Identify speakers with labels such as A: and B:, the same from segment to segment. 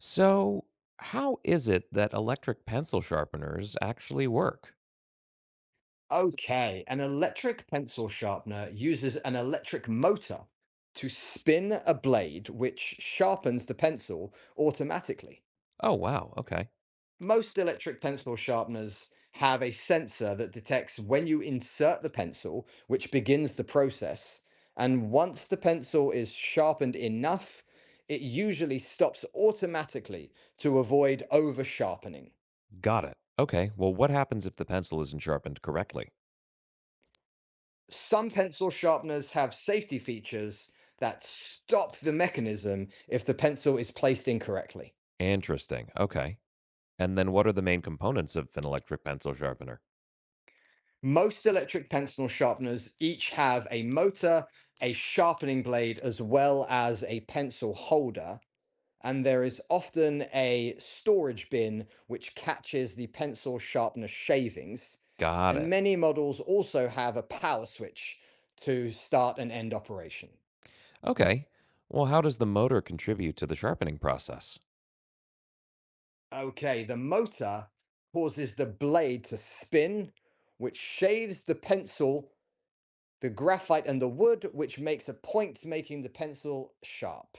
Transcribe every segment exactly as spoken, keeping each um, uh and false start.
A: So, how is it that electric pencil sharpeners actually work?
B: Okay, an electric pencil sharpener uses an electric motor to spin a blade which sharpens the pencil automatically.
A: Oh, wow. Okay.
B: Most electric pencil sharpeners have a sensor that detects when you insert the pencil, which begins the process. And once the pencil is sharpened enough, it usually stops automatically to avoid over sharpening.
A: Got it. Okay. Well, what happens if the pencil isn't sharpened correctly?
B: Some pencil sharpeners have safety features that stop the mechanism if the pencil is placed incorrectly.
A: Interesting. Okay. And then what are the main components of an electric pencil sharpener?
B: Most electric pencil sharpeners each have a motor, a sharpening blade, as well as a pencil holder, and there is often a storage bin which catches the pencil sharpener shavings.
A: Got
B: And
A: it.
B: many models also have a power switch to start and end operation.
A: Okay. Well, how does the motor contribute to the sharpening process?
B: Okay, the motor causes the blade to spin, which shaves the pencil, the graphite, and the wood, which makes a point, making the pencil sharp.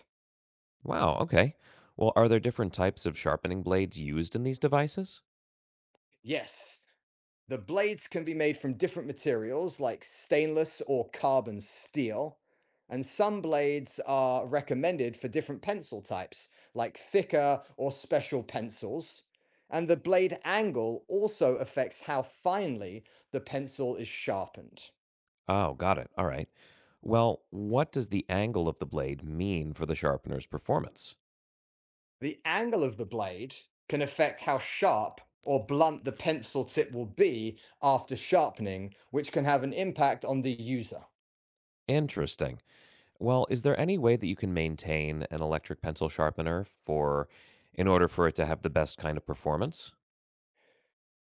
A: Wow. Okay. Well, are there different types of sharpening blades used in these devices?
B: Yes, the blades can be made from different materials like stainless or carbon steel, and some blades are recommended for different pencil types, like thicker or special pencils. And the blade angle also affects how finely the pencil is sharpened.
A: Oh, got it. All right. Well, what does the angle of the blade mean for the sharpener's performance?
B: The angle of the blade can affect how sharp or blunt the pencil tip will be after sharpening, which can have an impact on the user.
A: Interesting. Well, is there any way that you can maintain an electric pencil sharpener for in order for it to have the best kind of performance?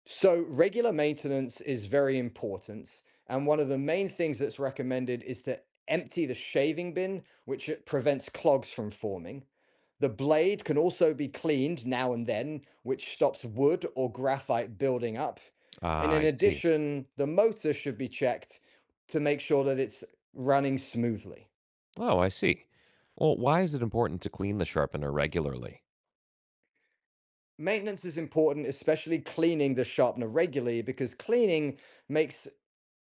B: So, regular maintenance is very important. And one of the main things that's recommended is to empty the shaving bin, which it prevents clogs from forming. The blade can also be cleaned now and then, which stops wood or graphite building up. And
A: Ah,
B: in
A: I see.
B: addition, the motor should be checked to make sure that it's running smoothly.
A: Oh, I see. Well, why is it important to clean the sharpener regularly?
B: Maintenance is important, especially cleaning the sharpener regularly, because cleaning makes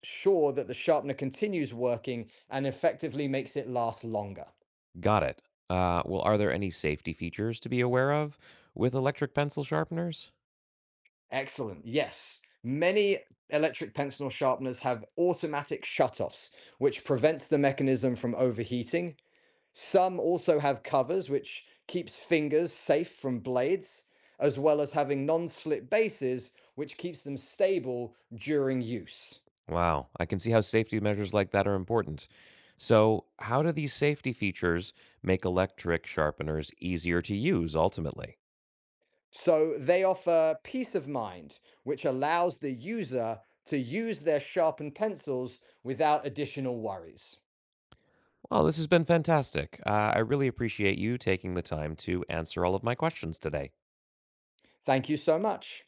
B: sure that the sharpener continues working and effectively makes it last longer.
A: Got it. Uh, well, are there any safety features to be aware of with electric pencil sharpeners?
B: Excellent. Yes. Many electric pencil sharpeners have automatic shutoffs, which prevents the mechanism from overheating. Some also have covers, which keeps fingers safe from blades, as well as having non slip bases, which keeps them stable during use.
A: Wow, I can see how safety measures like that are important. So, how do these safety features make electric sharpeners easier to use ultimately?
B: So they offer peace of mind, which allows the user to use their sharpened pencils without additional worries.
A: Well, this has been fantastic. Uh, I really appreciate you taking the time to answer all of my questions today.
B: Thank you so much.